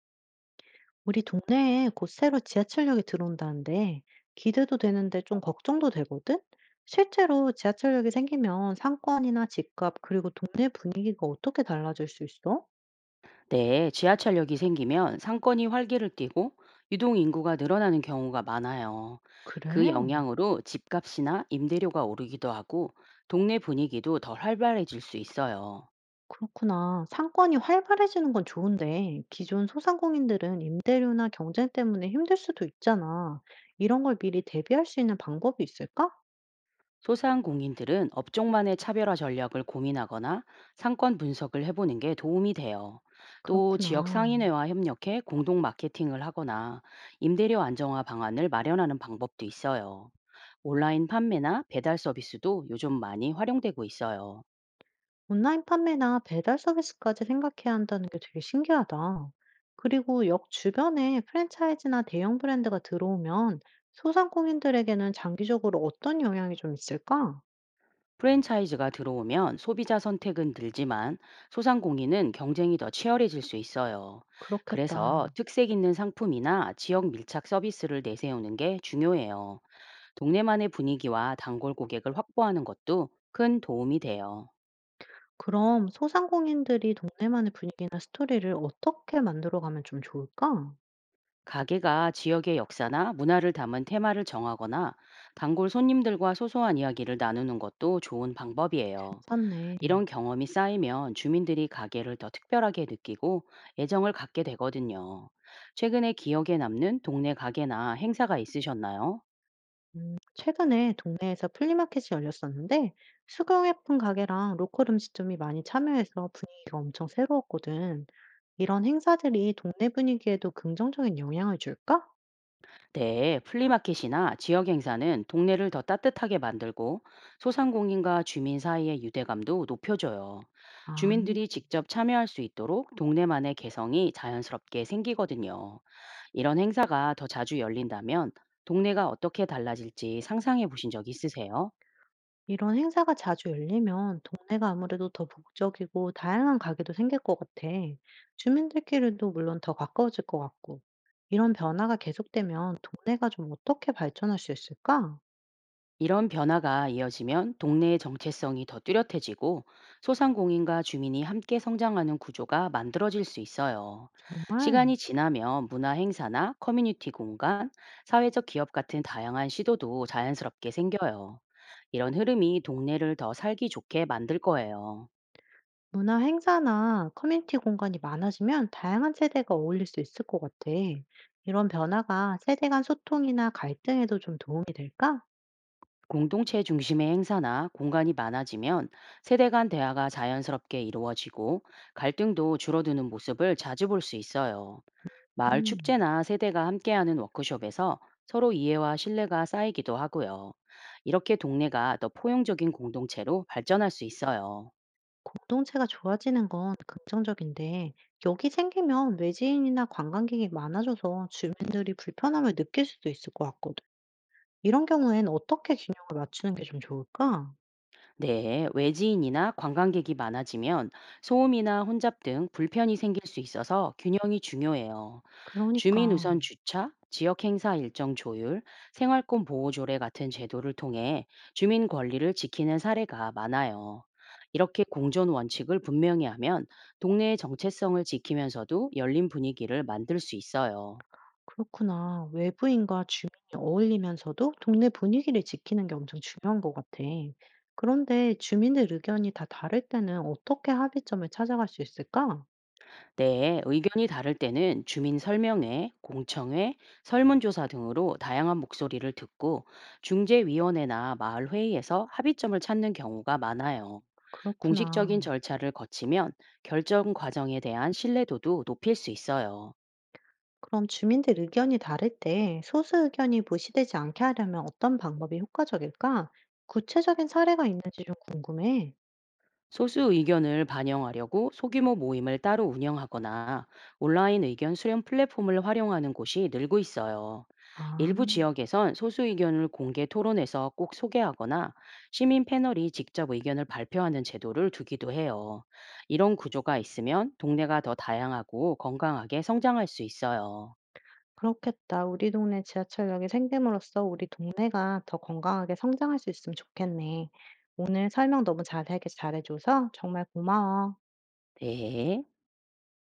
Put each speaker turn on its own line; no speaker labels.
우리 동네에 곧 새로 지하철역이 들어온다는데 기대도 되는데 좀 걱정도 되거든? 실제로 지하철역이 생기면 상권이나 집값 그리고 동네 분위기가 어떻게 달라질 수 있어?
네, 지하철역이 생기면 상권이 활기를 띠고 유동 인구가 늘어나는 경우가 많아요. 그
그래,
영향으로 집값이나 임대료가 오르기도 하고 동네 분위기도 더 활발해질 수 있어요.
그렇구나. 상권이 활발해지는 건 좋은데 기존 소상공인들은 임대료나 경쟁 때문에 힘들 수도 있잖아. 이런 걸 미리 대비할 수 있는 방법이 있을까?
소상공인들은 업종만의 차별화 전략을 고민하거나 상권 분석을 해보는 게 도움이 돼요. 또 지역
그렇구나.
상인회와 협력해 공동 마케팅을 하거나 임대료 안정화 방안을 마련하는 방법도 있어요. 온라인 판매나 배달 서비스도 요즘 많이 활용되고 있어요.
온라인 판매나 배달 서비스까지 생각해야 한다는 게 되게 신기하다. 그리고 역 주변에 프랜차이즈나 대형 브랜드가 들어오면 소상공인들에게는 장기적으로 어떤 영향이 좀 있을까?
프랜차이즈가 들어오면 소비자 선택은 늘지만 소상공인은 경쟁이 더 치열해질 수 있어요. 그래서
그렇겠다.
특색 있는 상품이나 지역 밀착 서비스를 내세우는 게 중요해요. 동네만의 분위기와 단골 고객을 확보하는 것도 큰 도움이 돼요.
그럼 소상공인들이 동네만의 분위기나 스토리를 어떻게 만들어가면 좀 좋을까?
가게가 지역의 역사나 문화를 담은 테마를 정하거나 단골 손님들과 소소한 이야기를 나누는 것도 좋은 방법이에요.
괜찮네.
이런 경험이 쌓이면 주민들이 가게를 더 특별하게 느끼고 애정을 갖게 되거든요. 최근에 기억에 남는 동네 가게나 행사가 있으셨나요?
최근에 동네에서 플리마켓이 열렸었는데, 수경 예쁜 가게랑 로컬 음식점이 많이 참여해서 분위기가 엄청 새로웠거든. 이런 행사들이 동네 분위기에도 긍정적인 영향을 줄까?
네, 플리마켓이나 지역 행사는 동네를 더 따뜻하게 만들고 소상공인과 주민 사이의 유대감도 높여줘요.
아,
주민들이 직접 참여할 수 있도록 동네만의 개성이 자연스럽게 생기거든요. 이런 행사가 더 자주 열린다면 동네가 어떻게 달라질지 상상해 보신 적 있으세요?
이런 행사가 자주 열리면 동네가 아무래도 더 북적이고 다양한 가게도 생길 것 같아. 주민들끼리도 물론 더 가까워질 것 같고. 이런 변화가 계속되면 동네가 좀 어떻게 발전할 수 있을까?
이런 변화가 이어지면 동네의 정체성이 더 뚜렷해지고 소상공인과 주민이 함께 성장하는 구조가 만들어질 수 있어요.
정말
시간이 지나면 문화 행사나 커뮤니티 공간, 사회적 기업 같은 다양한 시도도 자연스럽게 생겨요. 이런 흐름이 동네를 더 살기 좋게 만들 거예요.
문화 행사나 커뮤니티 공간이 많아지면 다양한 세대가 어울릴 수 있을 것 같아. 이런 변화가 세대 간 소통이나 갈등에도 좀 도움이 될까?
공동체 중심의 행사나 공간이 많아지면 세대 간 대화가 자연스럽게 이루어지고 갈등도 줄어드는 모습을 자주 볼 수 있어요. 마을
음,
축제나 세대가 함께하는 워크숍에서 서로 이해와 신뢰가 쌓이기도 하고요. 이렇게 동네가 더 포용적인 공동체로 발전할 수 있어요.
공동체가 좋아지는 건 긍정적인데, 여기 생기면 외지인이나 관광객이 많아져서 주민들이 불편함을 느낄 수도 있을 것 같거든. 이런 경우엔 어떻게 균형을 맞추는 게 좀 좋을까?
네, 외지인이나 관광객이 많아지면 소음이나 혼잡 등 불편이 생길 수 있어서 균형이 중요해요. 주민
그러니까.
우선 주차, 지역 행사 일정 조율, 생활권 보호 조례 같은 제도를 통해 주민 권리를 지키는 사례가 많아요. 이렇게 공존 원칙을 분명히 하면 동네의 정체성을 지키면서도 열린 분위기를 만들 수 있어요.
그렇구나. 외부인과 주민이 어울리면서도 동네 분위기를 지키는 게 엄청 중요한 것 같아. 그런데 주민들 의견이 다 다를 때는 어떻게 합의점을 찾아갈 수 있을까?
네, 의견이 다를 때는 주민 설명회, 공청회, 설문조사 등으로 다양한 목소리를 듣고 중재위원회나 마을 회의에서 합의점을 찾는 경우가 많아요. 공식적인
그렇구나.
절차를 거치면 결정 과정에 대한 신뢰도도 높일 수 있어요.
그럼 주민들 의견이 다를 때 소수 의견이 무시되지 않게 하려면 어떤 방법이 효과적일까? 구체적인 사례가 있는지 좀 궁금해.
소수 의견을 반영하려고 소규모 모임을 따로 운영하거나 온라인 의견 수렴 플랫폼을 활용하는 곳이 늘고 있어요.
아.
일부 지역에선 소수 의견을 공개 토론에서 꼭 소개하거나 시민 패널이 직접 의견을 발표하는 제도를 두기도 해요. 이런 구조가 있으면 동네가 더 다양하고 건강하게 성장할 수 있어요.
그렇겠다. 우리 동네 지하철역이 생김으로써 우리 동네가 더 건강하게 성장할 수 있으면 좋겠네. 오늘 설명 너무 자세하게 잘해줘서 정말 고마워.
네.